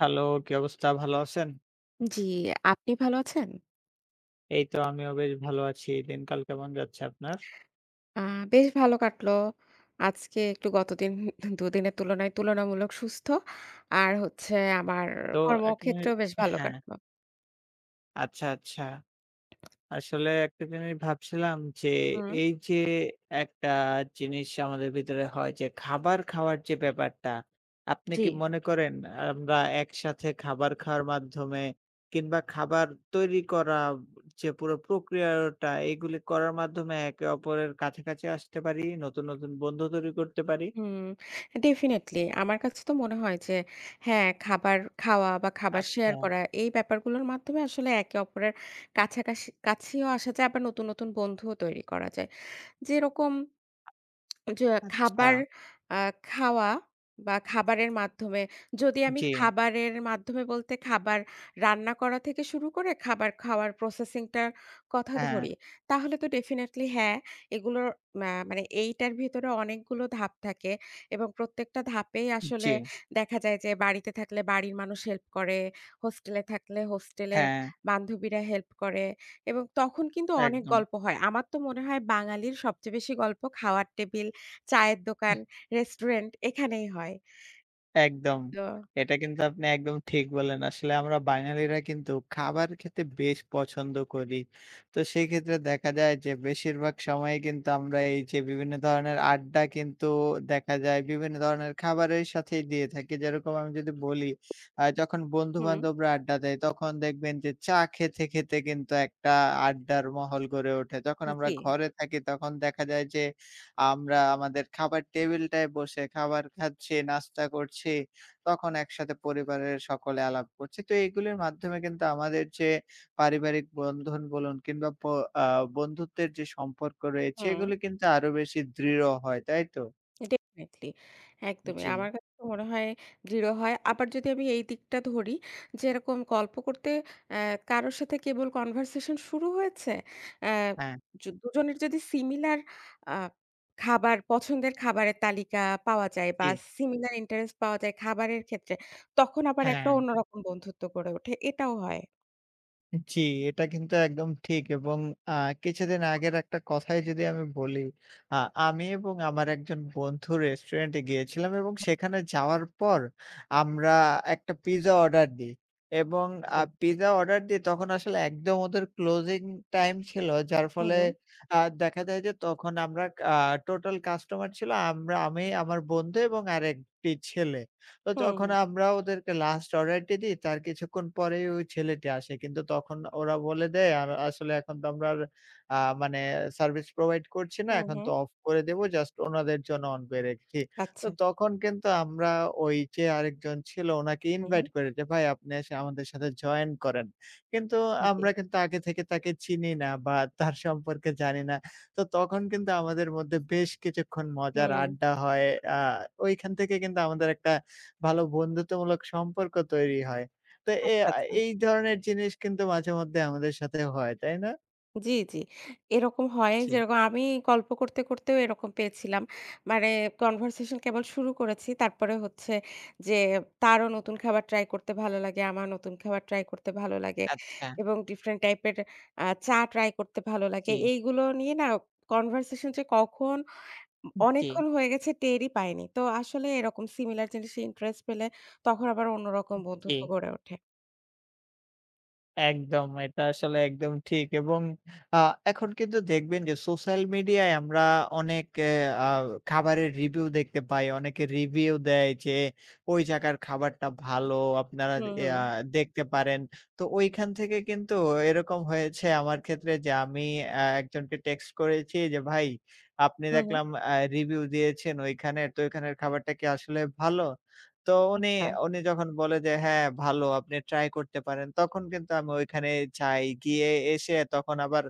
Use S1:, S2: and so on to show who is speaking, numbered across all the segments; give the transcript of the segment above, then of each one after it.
S1: Hello, কি অবস্থা? ভালো আছেন?
S2: জি, আপনি ভালো আছেন?
S1: এই তো আমিও বেশ ভালো আছি। দিনকাল কেমন যাচ্ছে আপনার?
S2: আ বেশ ভালো কাটলো। আজকে একটু গতদিন ২ দিনের তুলনায় তুলনামূলক সুস্থ। আর হচ্ছে আমার
S1: তো একটা জিনিস
S2: কর্মক্ষেত্রেও বেশ ভালো
S1: হ্যাঁ,
S2: কাটলো।
S1: আচ্ছা, আচ্ছা। আসলে একটা জিনিস ভাবছিলাম যে,
S2: হুম,
S1: এই যে একটা জিনিস আমাদের ভিতরে হয় যে খাবার খাওয়ার যে ব্যাপারটা, আপনি
S2: জি,
S1: কি মনে করেন আমরা একসাথে খাবার খাওয়ার মাধ্যমে কিংবা খাবার তৈরি করা যে পুরো প্রক্রিয়াটা এগুলি করার মাধ্যমে একে অপরের কাছাকাছি আসতে পারি, নতুন, নতুন বন্ধু তৈরি করতে পারি?
S2: Hmm, definitely. আমার কাছে তো মনে হয় যে হ্যাঁ, খাবার খাওয়া বা খাবার
S1: আচ্ছা।
S2: শেয়ার করা এই ব্যাপারগুলোর মাধ্যমে আসলে একে অপরের কাছাকাছি কাছেও আসা যায়, আবার নতুন, নতুন বন্ধুও তৈরি করা যায়। যেরকম যে
S1: আচ্ছা,
S2: খাবার আ খাওয়া বা খাবারের মাধ্যমে, যদি আমি
S1: জি,
S2: খাবারের মাধ্যমে বলতে খাবার রান্না করা থেকে শুরু করে খাবার খাওয়ার প্রসেসিং টার কথা
S1: হ্যাঁ,
S2: ধরি, তাহলে তো ডেফিনিটলি হ্যাঁ, এগুলোর মানে এইটার ভিতরে অনেকগুলো ধাপ থাকে এবং প্রত্যেকটা ধাপেই
S1: জি,
S2: আসলে দেখা যায় যে বাড়িতে থাকলে বাড়ির মানুষ হেল্প করে, হোস্টেলে থাকলে হোস্টেলের
S1: হ্যাঁ,
S2: বান্ধবীরা হেল্প করে এবং তখন কিন্তু অনেক
S1: একদম,
S2: গল্প হয়। আমার তো মনে হয় বাঙালির সবচেয়ে বেশি গল্প খাওয়ার টেবিল, চায়ের দোকান, রেস্টুরেন্ট এখানেই হয়।
S1: একদম।
S2: তো
S1: এটা কিন্তু আপনি একদম ঠিক বললেন। আসলে আমরা বাঙালিরা কিন্তু খাবার খেতে বেশ পছন্দ করি। তো সেক্ষেত্রে দেখা যায় যে বেশিরভাগ সময়ে কিন্তু আমরা এই যে বিভিন্ন ধরনের আড্ডা কিন্তু দেখা যায় বিভিন্ন ধরনের খাবারের সাথেই দিয়ে থাকি। যেরকম আমি যদি বলি যখন
S2: হুম,
S1: বন্ধু-বান্ধবরা আড্ডা দেয় তখন দেখবেন যে চা খেতে, খেতে কিন্তু একটা আড্ডার মহল গড়ে ওঠে। যখন আমরা
S2: জি,
S1: ঘরে থাকি তখন দেখা যায় যে আমরা আমাদের খাবার টেবিলটায় বসে খাবার খাচ্ছি, নাস্তা করছি। তখন একসাথে পরিবারের সকলে আলাপ করছি। তো এগুলির মাধ্যমে কিন্তু আমাদের যে পারিবারিক বন্ধন বলুন কিংবা প আ বন্ধুত্বের যে সম্পর্ক রয়েছে
S2: হুম,
S1: এগুলো কিন্তু আরো বেশি দৃঢ় হয়। তাই তো?
S2: ডেফিনিটলি একদমই।
S1: জি।
S2: আমার কাছে তো মনে হয় দৃঢ় হয়। আবার যদি আমি এই দিকটা ধরি যে এরকম গল্প করতে অ্যা কারো সাথে কেবল কনভারসেশন শুরু হয়েছে, অ্যা
S1: হ্যাঁ,
S2: দুজনের যদি সিমিলার আ খাবার পছন্দের খাবারের তালিকা পাওয়া যায় বা
S1: জি।
S2: সিমিলার ইন্টারেস্ট পাওয়া যায় খাবারের ক্ষেত্রে, তখন আবার একটা
S1: হ্যাঁ।
S2: অন্যরকম বন্ধুত্ব গড়ে ওঠে। এটাও হয়।
S1: জি, এটা কিন্তু একদম ঠিক এবং আ কিছুদিন আগের একটা কথাই যদি আমি বলি, আ আমি এবং আমার একজন বন্ধু রেস্টুরেন্টে গিয়েছিলাম এবং সেখানে যাওয়ার পর আমরা একটা পিজ্জা অর্ডার দিই এবং আ
S2: জি।
S1: পিজ্জা অর্ডার দিই তখন আসলে একদম ওদের ক্লোজিং টাইম ছিল। যার
S2: হুম,
S1: ফলে
S2: হুম,
S1: আ দেখা যায় যে তখন আমরা আ টোটাল কাস্টমার ছিল আমরা আমি, আমার বন্ধু এবং আরেকটি ছেলে। তো
S2: হুম, হুম,
S1: যখন আমরা ওদেরকে লাস্ট অর্ডারটি দিই, তার কিছুক্ষণ পরেই ওই ছেলেটি আসে। কিন্তু তখন ওরা বলে দেয়, "আর আসলে এখন তো আমরা আর মানে সার্ভিস প্রোভাইড করছি না।
S2: হুম,
S1: এখন
S2: হুম।
S1: তো অফ করে দেব। জাস্ট ওনাদের জন্য অন করে রেখেছি।" তো
S2: আচ্ছা।
S1: তখন কিন্তু আমরা ওই যে আরেকজন ছিল ওনাকে
S2: হু, হু।
S1: ইনভাইট করি যে, "ভাই আপনি এসে আমাদের সাথে জয়েন করেন।" কিন্তু
S2: জি।
S1: আমরা কিন্তু আগে থেকে তাকে চিনি না বা তার সম্পর্কে জানি না। তো তখন কিন্তু আমাদের মধ্যে বেশ কিছুক্ষণ মজার
S2: হুম।
S1: আড্ডা হয়। আ ওইখান থেকে কিন্তু আমাদের একটা ভালো বন্ধুত্বমূলক সম্পর্ক তৈরি হয়। তো এ
S2: আচ্ছা,
S1: আ
S2: আচ্ছা।
S1: এই ধরনের জিনিস কিন্তু মাঝে মধ্যে আমাদের সাথে হয়, তাই না?
S2: জি, জি। এরকম হয়,
S1: জি,
S2: যেরকম আমি গল্প করতে, করতেও এরকম পেয়েছিলাম। মানে কনভারসেশন কেবল শুরু করেছি। তারপরে হচ্ছে যে তারও নতুন খাবার ট্রাই করতে ভালো লাগে, আমার নতুন খাবার ট্রাই করতে ভালো লাগে
S1: আচ্ছা।
S2: এবং ডিফারেন্ট টাইপের চা ট্রাই করতে ভালো লাগে।
S1: জি,
S2: এইগুলো নিয়ে না কনভারসেশন যে কখন
S1: জি,
S2: অনেকক্ষণ হয়ে গেছে টেরই পাইনি। তো আসলে এরকম সিমিলার জিনিসে ইন্টারেস্ট পেলে তখন আবার অন্যরকম
S1: জি।
S2: বন্ধুত্ব গড়ে ওঠে।
S1: একদম। এটা আসলে একদম ঠিক এবং আ এখন কিন্তু দেখবেন যে সোশ্যাল মিডিয়ায় আমরা অনেক এ আ খাবারের রিভিউ দেখতে পাই। অনেকে রিভিউ দেয় যে ওই জায়গার খাবারটা ভালো আপনারা
S2: হুম, হুম।
S1: ইয়া দেখতে পারেন। তো ওইখান থেকে কিন্তু এরকম হয়েছে আমার ক্ষেত্রে যে আমি একজনকে টেক্সট করেছি যে, "ভাই আপনি
S2: হুম, হুম।
S1: দেখলাম রিভিউ দিয়েছেন ওইখানের। তো ওইখানের খাবারটা কি আসলে ভালো?" তো উনি,
S2: আচ্ছা।
S1: উনি যখন বলে যে, "হ্যাঁ, ভালো আপনি ট্রাই করতে পারেন।" তখন কিন্তু আমি ওইখানে যাই। গিয়ে এসে তখন আবার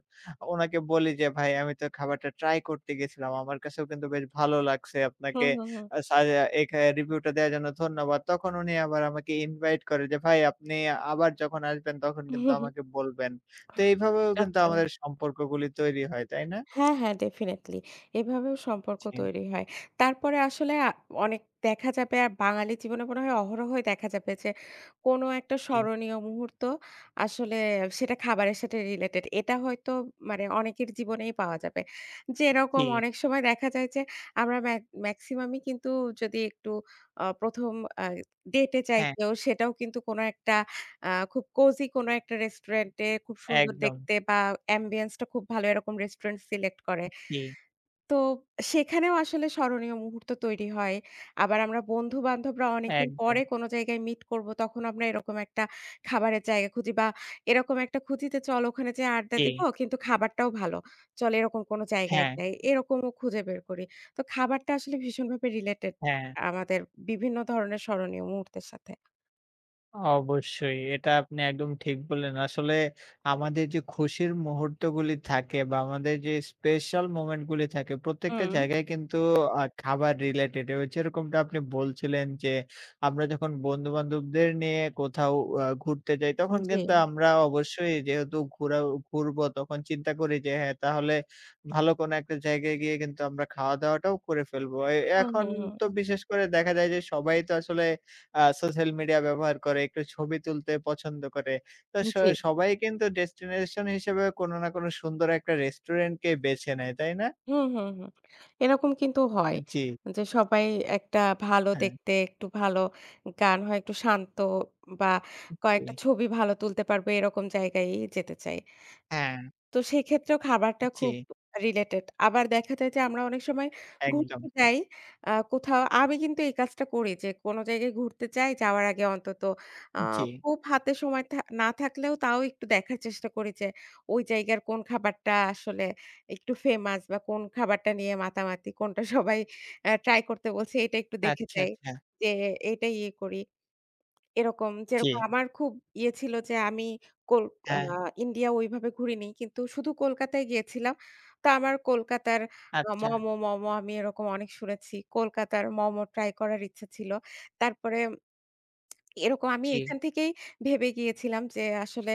S1: উনাকে বলি যে, "ভাই আমি তো খাবারটা ট্রাই করতে গেছিলাম। আমার কাছেও কিন্তু বেশ ভালো লাগছে। আপনাকে
S2: হুম, হুম, হুম।
S1: আ সাজে এখা রিভিউটা দেওয়ার জন্য ধন্যবাদ।" তখন উনি আবার আমাকে ইনভাইট করে যে, "ভাই আপনি আবার যখন আসবেন তখন কিন্তু আমাকে বলবেন।" তো এইভাবেও কিন্তু
S2: আচ্ছা।
S1: আমাদের সম্পর্কগুলি তৈরি হয়, তাই না?
S2: হ্যাঁ, হ্যাঁ, ডেফিনিটলি। এভাবেও সম্পর্ক
S1: জি,
S2: তৈরি হয়। তারপরে আসলে অনেক দেখা যাবে, আর বাঙালি জীবনে মনে হয় অহরহই দেখা যাবে যে কোনো একটা
S1: জি,
S2: স্মরণীয় মুহূর্ত আসলে সেটা খাবারের সাথে রিলেটেড। এটা হয়তো মানে অনেকের জীবনেই পাওয়া যাবে।
S1: জি।
S2: যেরকম অনেক সময় দেখা যায় যে আমরা ম্যাক্সিমামই কিন্তু যদি একটু প্রথম আ ডেটে যাই
S1: হ্যাঁ,
S2: কেউ, সেটাও কিন্তু কোনো একটা আ খুব কোজি কোনো একটা রেস্টুরেন্টে, খুব সুন্দর
S1: একদম।
S2: দেখতে বা অ্যাম্বিয়েন্স টা খুব ভালো এরকম রেস্টুরেন্ট সিলেক্ট করে।
S1: জি,
S2: তো সেখানেও আসলে স্মরণীয় মুহূর্ত তৈরি হয়। আবার আমরা বন্ধু-বান্ধবরা অনেকদিন
S1: একদম।
S2: পরে কোনো জায়গায় মিট করব, তখন আমরা এরকম একটা খাবারের জায়গা খুঁজি বা এরকম একটা খুঁজি যে চল ওখানে যেয়ে আড্ডা
S1: জি,
S2: দিব কিন্তু খাবারটাও ভালো। চল এরকম কোনো জায়গায়
S1: হ্যাঁ,
S2: যাই। এরকমও খুঁজে বের করি। তো খাবারটা আসলে ভীষণভাবে রিলেটেড
S1: হ্যাঁ।
S2: আমাদের বিভিন্ন ধরনের স্মরণীয় মুহূর্তের সাথে।
S1: অবশ্যই। এটা আপনি একদম ঠিক বললেন। আসলে আমাদের যে খুশির মুহূর্তগুলি থাকে বা আমাদের যে স্পেশাল মোমেন্ট গুলি থাকে প্রত্যেকটা
S2: হুম।
S1: জায়গায় কিন্তু খাবার রিলেটেড যেরকমটা আপনি বলছিলেন যে আমরা যখন বন্ধু-বান্ধবদের নিয়ে কোথাও ঘুরতে যাই তখন
S2: জি।
S1: কিন্তু আমরা অবশ্যই যেহেতু ঘুরবো তখন চিন্তা করি যে হ্যাঁ, তাহলে ভালো কোনো একটা জায়গায় গিয়ে কিন্তু আমরা খাওয়া-দাওয়াটাও করে ফেলবো।
S2: হুম,
S1: এখন
S2: হুম,
S1: তো
S2: হুম।
S1: বিশেষ করে দেখা যায় যে সবাই তো আসলে সোশ্যাল মিডিয়া ব্যবহার করে, একটু ছবি তুলতে পছন্দ করে। তো
S2: জি।
S1: সবাই কিন্তু ডেস্টিনেশন হিসেবে কোনো না কোনো সুন্দর একটা রেস্টুরেন্টকে বেছে নেয়, তাই না?
S2: হুম, হুম, হুম। এরকম কিন্তু হয়।
S1: জি,
S2: যে সবাই একটা ভালো
S1: হ্যাঁ,
S2: দেখতে, একটু ভালো গান হয়, একটু শান্ত বা
S1: জি,
S2: কয়েকটা ছবি ভালো তুলতে পারবে এরকম জায়গায়ই যেতে চাই।
S1: হ্যাঁ,
S2: তো সেক্ষেত্রেও খাবারটা
S1: জি,
S2: খুব রিলেটেড। আবার দেখা যায় যে আমরা অনেক সময়
S1: একদম,
S2: ঘুরতে যাই কোথাও, আমি কিন্তু এই কাজটা করি যে কোনো জায়গায় ঘুরতে যাই, যাওয়ার আগে অন্তত আ
S1: জি।
S2: খুব হাতে সময় না থাকলেও তাও একটু দেখার চেষ্টা করি যে ওই জায়গার কোন খাবারটা আসলে একটু ফেমাস, বা কোন খাবারটা নিয়ে মাতামাতি, কোনটা সবাই ট্রাই করতে বলছে, এটা একটু দেখে
S1: আচ্ছা,
S2: যাই।
S1: আচ্ছা,
S2: যে এটাই ইয়ে করি। এরকম,
S1: জি,
S2: যেরকম আমার খুব ইয়ে ছিল যে আমি কোল আ
S1: হ্যাঁ,
S2: ইন্ডিয়া ওইভাবে ঘুরিনি। কিন্তু শুধু কলকাতায় গিয়েছিলাম। তো আমার কলকাতার
S1: আচ্ছা,
S2: মোমো, মোমো আমি এরকম অনেক শুনেছি। কলকাতার মোমো ট্রাই করার ইচ্ছে ছিল। তারপরে এরকম আমি
S1: জি,
S2: এখান থেকেই ভেবে গিয়েছিলাম যে আসলে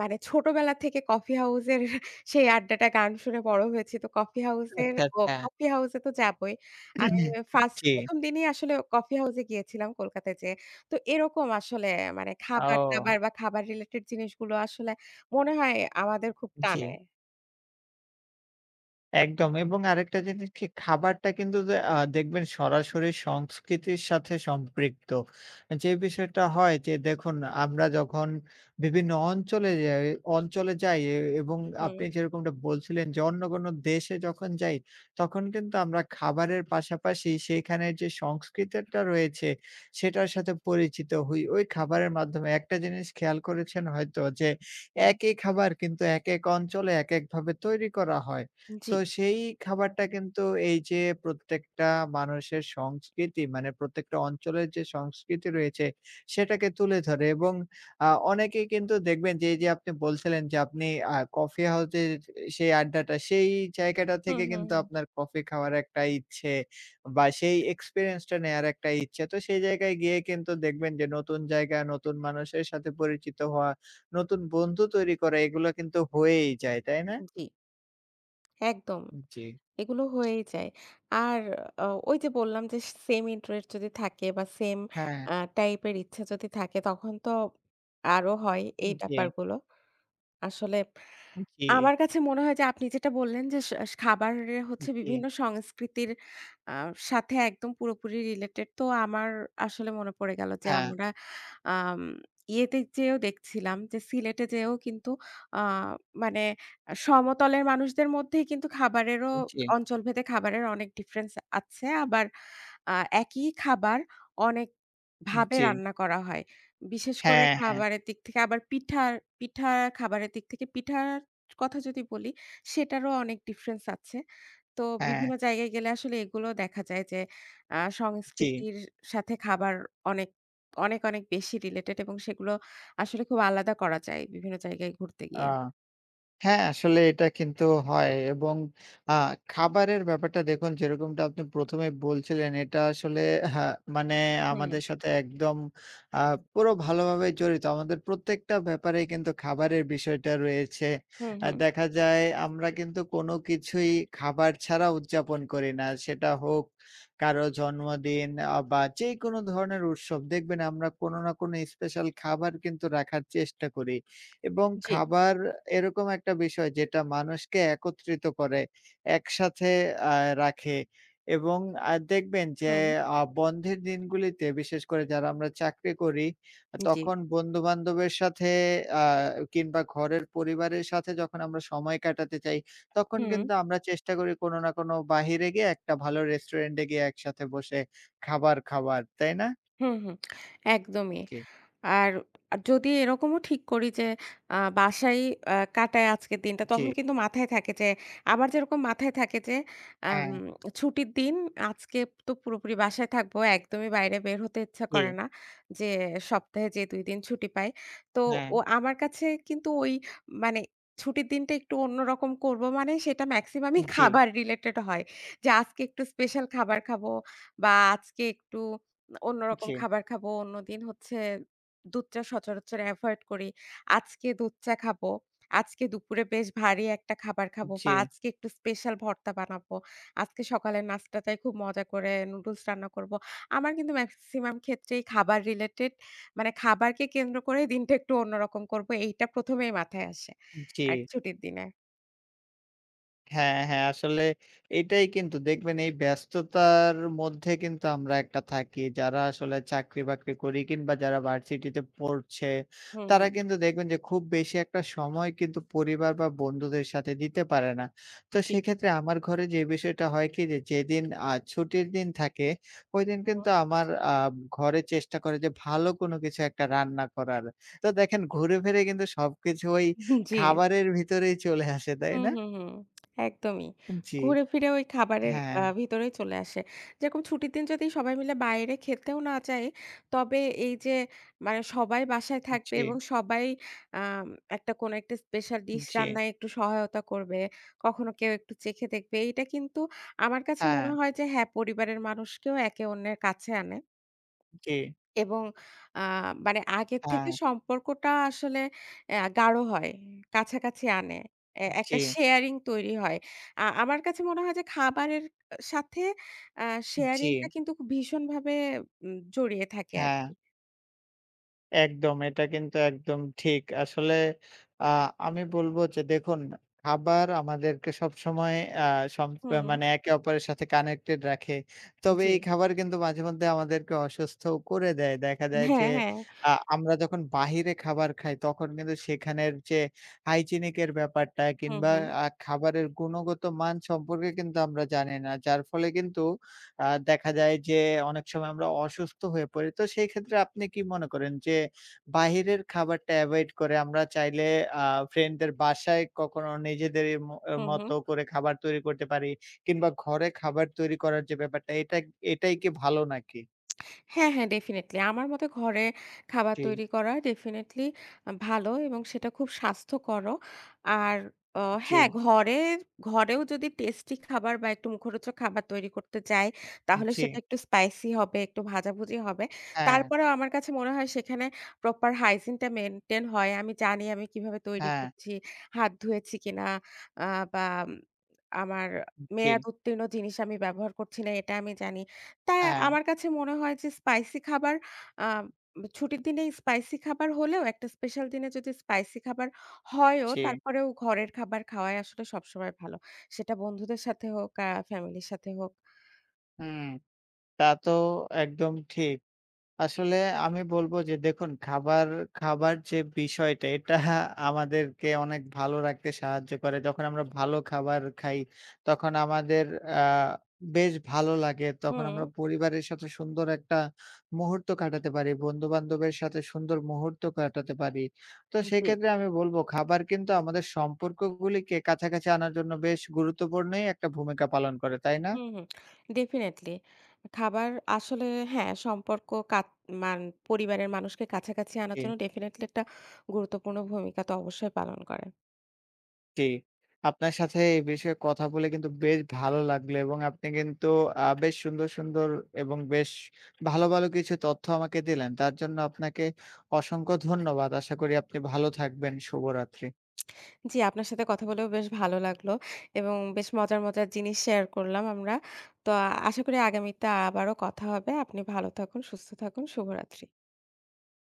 S2: মানে ছোটবেলা থেকে কফি হাউসের সেই আড্ডাটা গান শুনে বড় হয়েছি। তো
S1: আচ্ছা, আচ্ছা,
S2: কফি হাউসে তো যাবোই। আমি ফার্স্ট
S1: জি,
S2: প্রথম দিনই আসলে কফি হাউসে গিয়েছিলাম কলকাতায় যেয়ে। তো এরকম আসলে মানে
S1: ও,
S2: খাবার-দাবার বা খাবার রিলেটেড জিনিসগুলো আসলে মনে হয় আমাদের খুব
S1: জি।
S2: টানে।
S1: একদম এবং আরেকটা জিনিস কি খাবারটা কিন্তু যে দেখবেন সরাসরি সংস্কৃতির সাথে সম্পৃক্ত। যে বিষয়টা হয় যে দেখুন আমরা যখন বিভিন্ন অঞ্চলে যাই এবং
S2: হুম,
S1: আপনি যেরকমটা বলছিলেন যে অন্য কোনো দেশে যখন যাই তখন কিন্তু আমরা খাবারের পাশাপাশি সেইখানের যে সংস্কৃতিটা রয়েছে সেটার সাথে পরিচিত হই। ওই খাবারের মাধ্যমে একটা জিনিস খেয়াল করেছেন হয়তো যে
S2: হুম।
S1: একই খাবার কিন্তু একেক অঞ্চলে একেকভাবে তৈরি করা হয়।
S2: জি।
S1: তো সেই খাবারটা কিন্তু এই যে প্রত্যেকটা মানুষের সংস্কৃতি মানে প্রত্যেকটা অঞ্চলের যে সংস্কৃতি রয়েছে সেটাকে তুলে ধরে এবং অনেকেই কিন্তু দেখবেন যে এই যে আপনি বলছিলেন যে আপনি কফি হাউসের সেই আড্ডাটা সেই জায়গাটা
S2: হুম,
S1: থেকে
S2: হুম,
S1: কিন্তু
S2: হুম।
S1: আপনার কফি খাওয়ার একটা ইচ্ছে বা সেই এক্সপেরিয়েন্সটা নেয়ার একটা ইচ্ছে। তো সেই জায়গায় গিয়ে কিন্তু দেখবেন যে নতুন জায়গা, নতুন মানুষের সাথে পরিচিত হওয়া, নতুন বন্ধু তৈরি করা এগুলো কিন্তু হয়েই যায়, তাই না?
S2: জি, একদম।
S1: জি,
S2: এগুলো হয়েই যায়। আর ওই যে বললাম যে সেম ইন্টারেস্ট যদি থাকে বা সেম
S1: হ্যাঁ।
S2: টাইপের ইচ্ছা যদি থাকে, তখন তো আরো হয় এই
S1: জি,
S2: ব্যাপারগুলো। আসলে
S1: জি,
S2: আমার কাছে মনে হয় যে আপনি যেটা বললেন যে স স খাবারের হচ্ছে
S1: জি,
S2: বিভিন্ন সংস্কৃতির আ সাথে একদম পুরোপুরি রিলেটেড। তো আমার আসলে মনে পড়ে গেল যে
S1: হ্যাঁ,
S2: আমরা আম ইয়েতে যেয়েও দেখছিলাম যে সিলেটে যেয়েও কিন্তু আ মানে সমতলের মানুষদের মধ্যেই কিন্তু খাবারেরও
S1: জি,
S2: অঞ্চলভেদে খাবারের অনেক ডিফারেন্স আছে। আবার আ একই খাবার অনেকভাবে
S1: জি,
S2: রান্না করা হয়। বিশেষ করে
S1: হ্যাঁ, হ্যাঁ,
S2: খাবারের দিক থেকে আবার পিঠার পিঠা খাবারের দিক থেকে পিঠার কথা যদি বলি, সেটারও অনেক ডিফারেন্স আছে। তো
S1: হ্যাঁ,
S2: বিভিন্ন জায়গায় গেলে আসলে এগুলো দেখা যায় যে
S1: জি।
S2: সংস্কৃতির সাথে খাবার অনেক, অনেক, অনেক বেশি রিলেটেড এবং সেগুলো আসলে খুব আলাদা করা যায় বিভিন্ন জায়গায় ঘুরতে
S1: আ
S2: গিয়ে।
S1: হ্যাঁ, আসলে এটা কিন্তু হয় এবং আ খাবারের ব্যাপারটা দেখুন যেরকমটা আপনি ১ম বলছিলেন এটা আসলে হ্যাঁ, মানে
S2: হুম,
S1: আমাদের সাথে একদম আ পুরো ভালোভাবে জড়িত। আমাদের প্রত্যেকটা ব্যাপারেই কিন্তু খাবারের বিষয়টা রয়েছে।
S2: হুম, হুম।
S1: দেখা যায় আমরা কিন্তু কোনো কিছুই খাবার ছাড়া উদযাপন করি না। সেটা হোক কারো জন্মদিন বা যেকোনো ধরনের উৎসব দেখবেন আমরা কোনো না কোনো স্পেশাল খাবার কিন্তু রাখার চেষ্টা করি। এবং
S2: জি,
S1: খাবার এরকম একটা বিষয় যেটা মানুষকে একত্রিত করে, একসাথে আ রাখে এবং দেখবেন যে
S2: হুম,
S1: বন্ধের দিনগুলিতে বিশেষ করে যারা আমরা চাকরি করি,
S2: জি,
S1: তখন বন্ধু-বান্ধবের সাথে আ কিংবা ঘরের পরিবারের সাথে যখন আমরা সময় কাটাতে চাই, তখন
S2: হুম,
S1: কিন্তু আমরা চেষ্টা করি কোনো না কোনো বাহিরে গিয়ে একটা ভালো রেস্টুরেন্টে গিয়ে একসাথে বসে খাবার খাওয়ার, তাই না?
S2: হুম, হুম। একদমই।
S1: জি,
S2: আর যদি এরকমও ঠিক করি যে বাসায় কাটাই আজকের দিনটা,
S1: জি,
S2: তখন কিন্তু মাথায় থাকে যে আমার যেরকম মাথায় থাকে যে আম
S1: হ্যাঁ,
S2: ছুটির দিন আজকে তো পুরোপুরি বাসায় থাকবো। একদমই বাইরে বের হতে ইচ্ছা
S1: জি,
S2: করে না। যে সপ্তাহে যে ২ দিন ছুটি পাই। তো
S1: হ্যাঁ,
S2: ও আমার কাছে কিন্তু ওই মানে ছুটির দিনটা একটু অন্যরকম করব, মানে সেটা মেক্সিমামই
S1: জি,
S2: খাবার রিলেটেড হয়। যে আজকে একটু স্পেশাল খাবার খাবো বা আজকে একটু অন্যরকম
S1: জি,
S2: খাবার খাবো। অন্যদিন হচ্ছে দুধ চা সচরাচর এভয়েড করি। আজকে দুধ চা খাবো। আজকে দুপুরে বেশ ভারী একটা খাবার খাবো,
S1: জি।
S2: বা আজকে একটু স্পেশাল ভর্তা বানাবো। আজকে সকালের নাস্তাটায় খুব মজা করে নুডলস রান্না করবো। আমার কিন্তু মেক্সিমাম ক্ষেত্রেই খাবার রিলেটেড মানে খাবারকে কেন্দ্র করে দিনটা একটু অন্যরকম করবো। এইটা প্রথম এই মাথায় আসে।
S1: জি।
S2: আর ছুটির দিনে।
S1: হ্যাঁ, হ্যাঁ। আসলে এটাই কিন্তু দেখবেন এই ব্যস্ততার মধ্যে কিন্তু আমরা একটা থাকি। যারা আসলে চাকরি-বাকরি করি কিংবা যারা ভার্সিটিতে পড়ছে,
S2: হুম,
S1: তারা
S2: হুম।
S1: কিন্তু দেখবেন যে খুব বেশি একটা সময় কিন্তু পরিবার বা বন্ধুদের সাথে দিতে পারে না। তো
S2: জি।
S1: সেক্ষেত্রে আমার ঘরে যে বিষয়টা হয় কি যে যেদিন ছুটির দিন থাকে, ঐদিন কিন্তু আমার আ ঘরে চেষ্টা করে যে ভালো কোনো কিছু একটা রান্না করার। তো দেখেন ঘুরে ফিরে কিন্তু সবকিছু ওই
S2: হুম। জি।
S1: খাবারের ভিতরেই চলে আসে, তাই
S2: হুম,
S1: না?
S2: হুম, হুম। একদমই।
S1: জি,
S2: ঘুরে ফিরে ওই খাবারের
S1: হ্যাঁ,
S2: ভিতরেই চলে আসে। যেরকম ছুটির দিন যদি সবাই মিলে বাইরে খেতেও না যাই, তবে এই যে মানে সবাই বাসায় থাকবে
S1: জি,
S2: এবং সবাই আম কোনো একটা স্পেশাল ডিশ
S1: জি,
S2: রান্নায় একটু সহায়তা করবে। কখনো কেউ একটু চেখে দেখবে। এইটা কিন্তু আমার কাছে
S1: হ্যাঁ,
S2: মনে হয় যে হ্যাঁ, পরিবারের মানুষকেও একে অন্যের কাছে আনে।
S1: জি,
S2: এবং আ মানে আগের
S1: হ্যাঁ,
S2: থেকে সম্পর্কটা আসলে গাঢ় হয়, কাছাকাছি আনে। এ
S1: জি,
S2: একটা শেয়ারিং তৈরি হয়। আমার কাছে মনে হয় যে খাবারের সাথে আ
S1: জি,
S2: শেয়ারিংটা কিন্তু খুব ভীষণভাবে জড়িয়ে থাকে
S1: হ্যাঁ।
S2: আরকি।
S1: একদম, এটা কিন্তু একদম ঠিক। আসলে আ আমি বলব যে দেখুন, খাবার আমাদেরকে সবসময় আ সম
S2: হুম,
S1: মানে একে অপরের সাথে কানেক্টেড রাখে। তবে
S2: জি।
S1: এই খাবার কিন্তু মাঝেমধ্যে আমাদেরকে অসুস্থও করে দেয়। দেখা যায় যে
S2: হ্যাঁ, হ্যাঁ।
S1: আমরা যখন বাহিরে খাবার খাই তখন কিন্তু সেখানের যে হাইজিনিক এর ব্যাপারটা
S2: হুম,
S1: কিংবা
S2: হুম।
S1: খাবারের গুণগত মান সম্পর্কে কিন্তু আমরা জানি না। যার ফলে কিন্তু দেখা যায় যে অনেক সময় আমরা অসুস্থ হয়ে পড়ি। তো সেই ক্ষেত্রে আপনি কি মনে করেন যে বাহিরের খাবারটা এভয়েড করে আমরা চাইলে আ ফ্রেন্ডদের বাসায় কখনো নিজেদের
S2: হুম, হুম।
S1: মতো করে খাবার তৈরি করতে পারি কিংবা ঘরে খাবার তৈরি করার যে ব্যাপারটা এটাই কি ভালো নাকি?
S2: হ্যাঁ, হ্যাঁ, ডেফিনিটলি। আমার মতে ঘরে খাবার
S1: জি,
S2: তৈরি করা ডেফিনিটলি ভালো এবং সেটা খুব স্বাস্থ্যকরও। আর অ
S1: জি,
S2: হ্যাঁ, ঘরেও যদি টেস্টি খাবার বা একটু মুখরোচক খাবার তৈরি করতে যাই, তাহলে
S1: জি।
S2: সেটা একটু স্পাইসি হবে, একটু ভাজাভুজি হবে।
S1: হ্যাঁ,
S2: তারপরেও আমার কাছে মনে হয় সেখানে প্রপার হাইজিনটা মেইনটেইন হয়। আমি জানি আমি কিভাবে তৈরি
S1: হ্যাঁ,
S2: করছি, হাত ধুয়েছি কিনা আ বা আমার
S1: জি,
S2: মেয়াদ উত্তীর্ণ জিনিস আমি ব্যবহার করছি না, এটা আমি জানি। তাই
S1: হ্যাঁ,
S2: আমার কাছে মনে হয় যে স্পাইসি খাবার আ ছুটির দিনে স্পাইসি খাবার হলেও, একটা স্পেশাল দিনে যদি স্পাইসি খাবার হয়ও
S1: জি।
S2: তারপরেও ঘরের খাবার খাওয়াই আসলে সবসময় ভালো। সেটা বন্ধুদের সাথে হোক, ফ্যামিলির সাথে হোক।
S1: হুম, তা তো একদম ঠিক। আসলে আমি বলবো যে দেখুন খাবার, খাবার যে বিষয়টা এটা আমাদেরকে অনেক ভালো রাখতে সাহায্য করে। যখন আমরা ভালো খাবার খাই তখন আমাদের আ বেশ ভালো লাগে। তখন
S2: হুম,
S1: আমরা পরিবারের সাথে সুন্দর একটা মুহূর্ত কাটাতে পারি। বন্ধু-বান্ধবের সাথে সুন্দর মুহূর্ত কাটাতে পারি। তো
S2: জি।
S1: সেক্ষেত্রে আমি বলব খাবার কিন্তু আমাদের সম্পর্কগুলিকে কাছাকাছি আনার জন্য বেশ গুরুত্বপূর্ণই একটা ভূমিকা পালন করে, তাই না?
S2: Hmm, hmm. ডেফিনিটলি। খাবার আসলে হ্যাঁ, সম্পর্ক কাত মান পরিবারের মানুষকে কাছাকাছি আনার
S1: জি।
S2: জন্য ডেফিনিটলি একটা গুরুত্বপূর্ণ ভূমিকা তো অবশ্যই পালন করে।
S1: জি। আপনার সাথে এই বিষয়ে কথা বলে কিন্তু বেশ ভালো লাগলো এবং আপনি কিন্তু বেশ সুন্দর, সুন্দর এবং বেশ ভালো, ভালো কিছু তথ্য আমাকে দিলেন। তার জন্য আপনাকে অসংখ্য ধন্যবাদ। আশা করি আপনি ভালো থাকবেন। শুভরাত্রি।
S2: জি, আপনার সাথে কথা বলেও বেশ ভালো লাগলো এবং বেশ মজার, মজার জিনিস শেয়ার করলাম আমরা। তো আশা করি আগামীতে আবারও কথা হবে। আপনি ভালো থাকুন, সুস্থ থাকুন। শুভরাত্রি।